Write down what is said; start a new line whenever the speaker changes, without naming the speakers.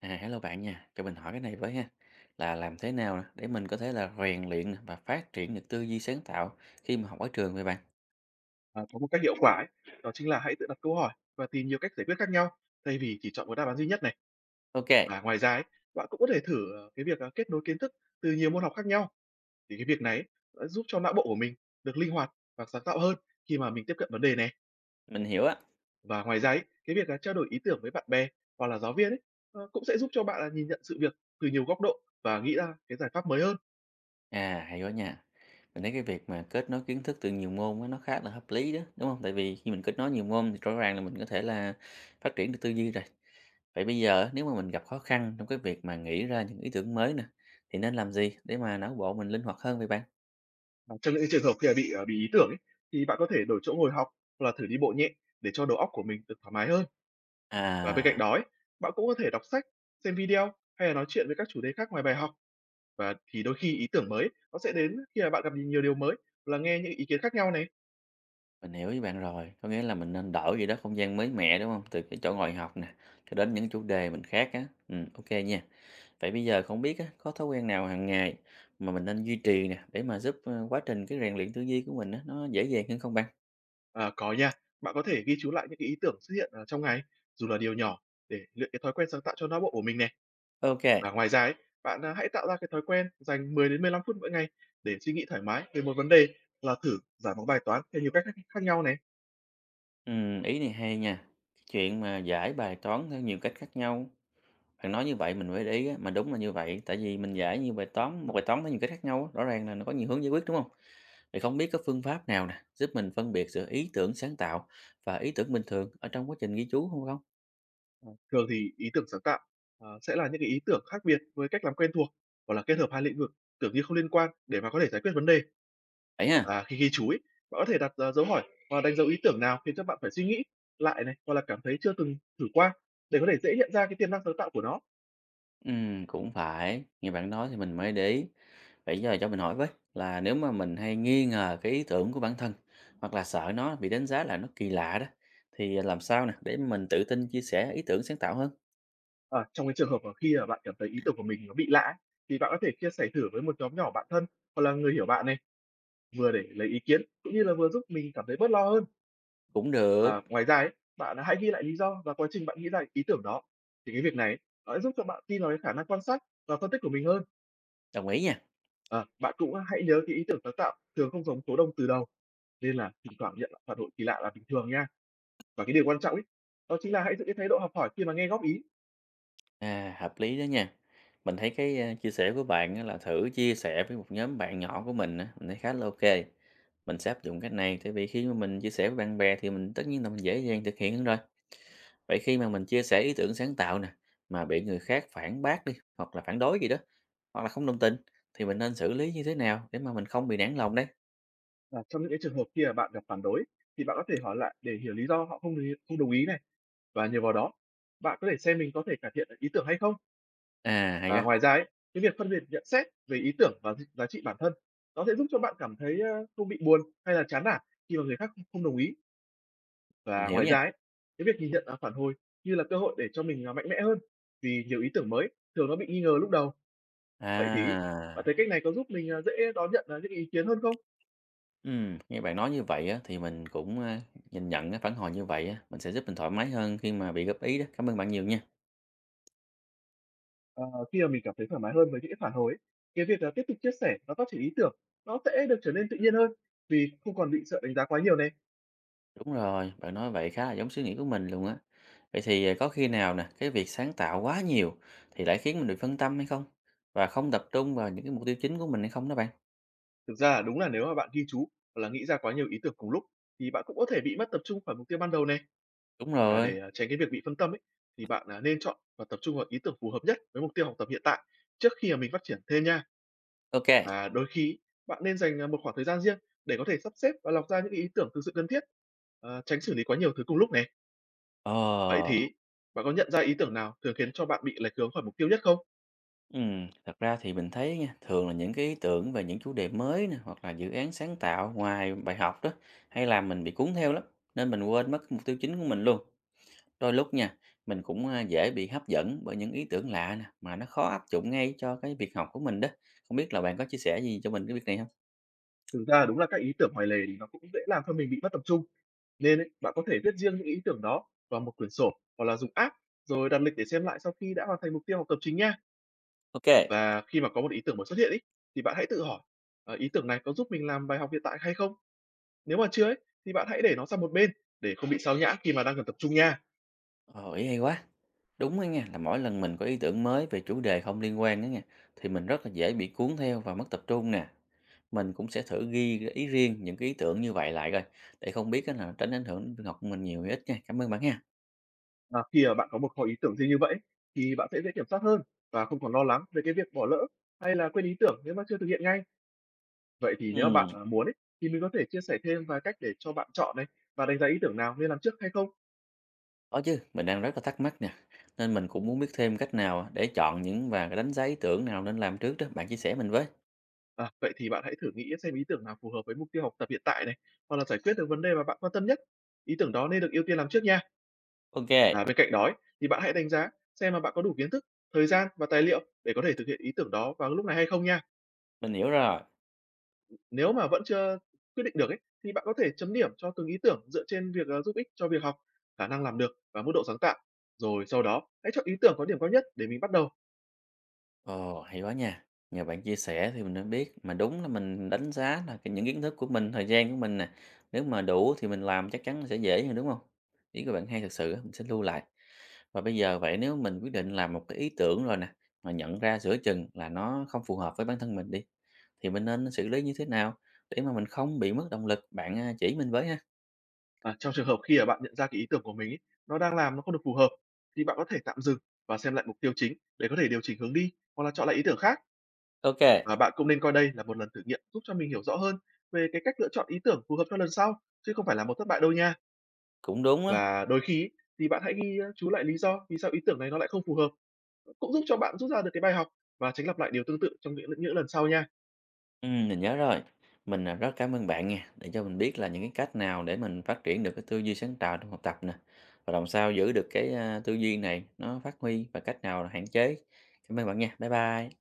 À, hello bạn nha, cho mình hỏi cái này với ha, là làm thế nào nè để mình có thể là rèn luyện nè và phát triển được tư duy sáng tạo khi mà học ở trường vậy bạn?
À, có một cách hiệu quả ấy, đó chính là hãy tự đặt câu hỏi và tìm nhiều cách giải quyết khác nhau thay vì chỉ chọn một đáp án duy nhất này.
Ok,
Và ngoài ra ấy, bạn cũng có thể thử cái việc kết nối kiến thức từ nhiều môn học khác nhau thì cái việc này ấy, đã giúp cho não bộ của mình được linh hoạt và sáng tạo hơn khi mà mình tiếp cận vấn đề này.
mình hiểu á.
Và ngoài ra ấy, cái việc trao đổi ý tưởng với bạn bè hoặc là giáo viên ấy, cũng sẽ giúp cho bạn là nhìn nhận sự việc từ nhiều góc độ và nghĩ ra cái giải pháp mới hơn.
À, hay quá nha. Mình thấy cái việc mà kết nối kiến thức từ nhiều môn á, nó khá là hợp lý đó, đúng không? Tại vì khi mình kết nối nhiều môn thì rõ ràng là mình có thể là phát triển được tư duy rồi. Vậy bây giờ á, nếu mà mình gặp khó khăn trong cái việc mà nghĩ ra những ý tưởng mới nè, thì nên làm gì để mà não bộ mình linh hoạt hơn vậy bạn?
Và trong những trường hợp khi mà bị bị ý tưởng ấy, thì bạn có thể đổi chỗ ngồi học hoặc là thử đi bộ nhẹ để cho đầu óc của mình được thoải mái hơn. Và bên cạnh
À.
đó ấy, bạn cũng có thể đọc sách, xem video hay là nói chuyện với các chủ đề khác ngoài bài học và thì đôi khi ý tưởng mới nó sẽ đến khi mà bạn gặp nhiều điều mới hoặc là nghe những ý kiến khác nhau này.
Mình hiểu với bạn rồi, có nghĩa là mình nên đổi gì đó không gian mới mẻ, đúng không? Từ cái chỗ ngồi học nè, cho đến những chủ đề mình khác á. Ô nha. Vậy bây giờ không biết á, có thói quen nào hàng ngày mà mình nên duy trì nè, để mà giúp, quá trình cái rèn luyện tư duy của mình á, nó dễ dàng hơn không bạn?
À, có nha, bạn có thể ghi chú lại những cái ý tưởng xuất hiện trong ngày dù là điều nhỏ để luyện cái thói quen sáng tạo cho não bộ của mình này.
Ok kê,
Và ngoài ra ấy, bạn à, hãy tạo ra cái thói quen dành 10 đến 15 phút mỗi ngày để suy nghĩ thoải mái về một vấn đề là thử giải một bài toán theo nhiều cách khác nhau này.
ý này hay nha. Cái chuyện mà giải bài toán theo nhiều cách khác nhau. Bạn nói như vậy mình mới để ý á, mà đúng là như vậy, tại vì mình giải nhiều bài toán một bài toán có nhiều cách khác nhau á, rõ ràng là nó có nhiều hướng giải quyết, đúng không? Thì không biết có phương pháp nào nè giúp mình phân biệt giữa ý tưởng sáng tạo và ý tưởng bình thường ở trong quá trình ghi chú không không?
Ờ, thường thì ý tưởng sáng tạo, sẽ là những cái ý tưởng khác biệt với cách làm quen thuộc, hoặc là kết hợp hai lĩnh vực tưởng như không liên quan để mà có thể giải quyết vấn đề.
Vậy ha.
Và khi ghi chú ấy, bạn có thể đặt, dấu hỏi và đánh dấu ý tưởng nào khiến cho bạn phải suy nghĩ lại này, hoặc là cảm thấy chưa từng thử qua để có thể dễ hiện ra cái tiềm năng sáng tạo của nó.
Cũng phải. Nghe bạn nói thì mình mới để ý. Vậy giờ cho mình hỏi với là nếu mà mình hay nghi ngờ cái ý tưởng của bản thân hoặc là sợ nó bị đánh giá là nó kỳ lạ đó thì làm sao nè để mình tự tin chia sẻ ý tưởng sáng tạo hơn?
Ờ, trong cái trường hợp mà khi mà bạn cảm thấy ý tưởng của mình nó bị lạ ấy, thì bạn có thể chia sẻ thử với một nhóm nhỏ bạn thân hoặc là người hiểu bạn này, vừa để lấy ý kiến cũng như là vừa giúp mình cảm thấy bớt lo hơn.
Cũng
Và
được.
ngoài ra ấy, bạn hãy ghi lại lý do và quá trình bạn nghĩ ra ý tưởng đó. Thì cái việc này ấy, nó sẽ giúp cho bạn tin vào cái khả năng quan sát và phân tích của mình hơn.
Đồng ý nha.
Ờ, bạn cũng hãy nhớ cái ý tưởng sáng tạo thường không giống số đông từ đầu. Nên là thỉnh thoảng nhận lại phản hồi kỳ lạ là bình thường nha. Và cái điều quan trọng ấy, đó chính là hãy giữ cái thái độ học hỏi khi mà nghe góp ý.
À, hợp lý đó nha. Mình thấy cái, chia sẻ của bạn á là thử chia sẻ với một nhóm bạn nhỏ của mình á, mình thấy khá là ok. Mình sẽ áp dụng cách này, tại vì khi mà mình chia sẻ với bạn bè thì mình tất nhiên là mình dễ dàng thực hiện hơn rồi. Vậy khi mà mình chia sẻ ý tưởng sáng tạo nè, mà bị người khác phản bác đi, hoặc là phản đối gì đó, hoặc là không đồng tình, thì mình nên xử lý như thế nào để mà mình không bị nản lòng đây?
Và trong những cái trường hợp khi mà bạn gặp phản đối thì bạn có thể hỏi lại để hiểu lý do họ không không đồng ý này và nhờ vào đó bạn có thể xem mình có thể cải thiện ý tưởng hay không.
À, hay
Và
quá,
ngoài ra ấy, cái việc phân biệt nhận xét về ý tưởng và giá trị bản thân, nó sẽ giúp cho bạn cảm thấy, không bị buồn hay là chán nản khi mà người khác không không đồng ý.
mình
Và
hiểu
ngoài
nha.
ra ấy, cái việc nhìn nhận, phản hồi như là cơ hội để cho mình, mạnh mẽ hơn, vì nhiều ý tưởng mới thường nó bị nghi ngờ lúc đầu. Vậy thì bạn thấy
À.
cách này có giúp mình, dễ đón nhận, những ý kiến hơn không?
Nghe bạn nói như vậy á, thì mình cũng, nhìn nhận cái phản hồi như vậy á, mình sẽ giúp mình thoải mái hơn khi mà bị góp ý đó. Cảm ơn bạn nhiều nha.
Ờ, khi mà mình cảm thấy thoải mái hơn với những cái phản hồi ấy, cái việc, tiếp tục chia sẻ và phát triển ý tưởng nó sẽ được trở nên tự nhiên hơn, vì không còn bị sợ đánh giá quá nhiều này.
Đúng rồi, bạn nói vậy khá là giống suy nghĩ của mình luôn á. Vậy thì, à, có khi nào nè, cái việc sáng tạo quá nhiều thì lại khiến mình bị phân tâm hay không? Và không tập trung vào những cái mục tiêu chính của mình hay không đó bạn?
Thực ra là đúng là nếu mà bạn ghi chú hoặc là nghĩ ra quá nhiều ý tưởng cùng lúc thì bạn cũng có thể bị mất tập trung khỏi mục tiêu ban đầu này.
Đúng
Và
rồi,
để tránh cái việc bị phân tâm ấy thì bạn à, nên chọn và tập trung vào ý tưởng phù hợp nhất với mục tiêu học tập hiện tại trước khi mà mình phát triển thêm nha.
ok.
Và đôi khi bạn nên dành một khoảng thời gian riêng để có thể sắp xếp và lọc ra những ý tưởng thực sự cần thiết, tránh xử lý quá nhiều thứ cùng lúc này. Vậy
Ờ,
thì bạn có nhận ra ý tưởng nào thường khiến cho bạn bị lệch hướng khỏi mục tiêu nhất không?
thật ra thì mình thấy nha, thường là những cái ý tưởng về những chủ đề mới nè, hoặc là dự án sáng tạo ngoài bài học đó, hay là mình bị cuốn theo lắm, nên mình quên mất cái mục tiêu chính của mình luôn. Đôi lúc nha, mình cũng, dễ bị hấp dẫn bởi những ý tưởng lạ nè, mà nó khó áp dụng ngay cho cái việc học của mình đó. Không biết là bạn có chia sẻ gì cho mình cái việc này không?
Thực ra đúng là các ý tưởng ngoài lề thì nó cũng dễ làm cho mình bị mất tập trung. Nên ấy, bạn có thể viết riêng những ý tưởng đó vào một quyển sổ hoặc là dùng app rồi đặt lịch để xem lại sau khi đã hoàn thành mục tiêu học tập chính nha.
OK.
Và khi mà có một ý tưởng mới xuất hiện ấy, thì bạn hãy tự hỏi ý tưởng này có giúp mình làm bài học hiện tại hay không? Nếu mà chưa ấy, thì bạn hãy để nó sang một bên để không bị sao nhãng khi mà đang cần tập trung nha.
Ờ, ý hay quá. Đúng á nha, là mỗi lần mình có ý tưởng mới về chủ đề không liên quan đó nha, thì mình rất là dễ bị cuốn theo và mất tập trung nè. Mình cũng sẽ thử ghi ý riêng những cái ý tưởng như vậy lại coi, để không biết á là tránh ảnh hưởng đến việc học của mình nhiều hay ít nha. Cảm ơn bạn nha.
Và khi mà bạn có một kho ý tưởng riêng như vậy thì bạn sẽ dễ kiểm soát hơn và không còn lo lắng về cái việc bỏ lỡ hay là quên ý tưởng nếu mà chưa thực hiện ngay. Vậy thì nếu mà
Ừm.
bạn, muốn ấy, thì mình có thể chia sẻ thêm vài cách để cho bạn chọn này, và đánh giá ý tưởng nào nên làm trước hay không?
Có chứ, mình đang rất là thắc mắc nè, nên mình cũng muốn biết thêm cách nào để chọn những và đánh giá ý tưởng nào nên làm trước đó, bạn chia sẻ mình với.
À, vậy thì bạn hãy thử nghĩ xem ý tưởng nào phù hợp với mục tiêu học tập hiện tại này, hoặc là giải quyết được vấn đề mà bạn quan tâm nhất. Ý tưởng đó nên được ưu tiên làm trước nha.
Ok,
Và bên cạnh đó ấy, thì bạn hãy đánh giá xem là bạn có đủ kiến thức, thời gian và tài liệu để có thể thực hiện ý tưởng đó vào lúc này hay không nha.
mình hiểu rồi.
Nếu mà vẫn chưa quyết định được ấy, thì bạn có thể chấm điểm cho từng ý tưởng dựa trên việc, giúp ích cho việc học, khả năng làm được và mức độ sáng tạo. Rồi sau đó hãy chọn ý tưởng có điểm cao nhất để mình bắt đầu.
Ồ, hay quá nha. Nhờ bạn chia sẻ thì mình đã biết mà đúng là mình đánh giá là cái- những kiến thức của mình, thời gian của mình nè. Nếu mà đủ thì mình làm chắc chắn là sẽ dễ hơn đúng không? Ý của bạn hay thật sự, á, mình sẽ lưu lại. Và bây giờ vậy nếu mình quyết định làm một cái ý tưởng rồi nè, mà nhận ra giữa chừng là nó không phù hợp với bản thân mình đi thì mình nên xử lý như thế nào để mà mình không bị mất động lực? Bạn à, chỉ mình với ha.
À, trong trường hợp khi mà bạn nhận ra cái ý tưởng của mình ấy, nó đang làm nó không được phù hợp, thì bạn có thể tạm dừng và xem lại mục tiêu chính để có thể điều chỉnh hướng đi hoặc là chọn lại ý tưởng khác.
Ok,
Và bạn cũng nên coi đây là một lần thử nghiệm giúp cho mình hiểu rõ hơn về cái cách lựa chọn ý tưởng phù hợp cho lần sau, chứ không phải là một thất bại đâu nha.
cũng đúng á.
Và đôi khi ấy, thì bạn hãy chú lại lý do vì sao ý tưởng này nó lại không phù hợp, cũng giúp cho bạn rút ra được cái bài học và tránh lặp lại điều tương tự trong những lần sau nha.
Ừ, mình nhớ rồi. Mình à, rất cảm ơn bạn nha, để cho mình biết là những cái cách nào để mình phát triển được cái tư duy sáng tạo trong học tập nè. Và làm sao giữ được cái à, tư duy này nó phát huy và cách nào là hạn chế. Cảm ơn bạn nha. Bye bye.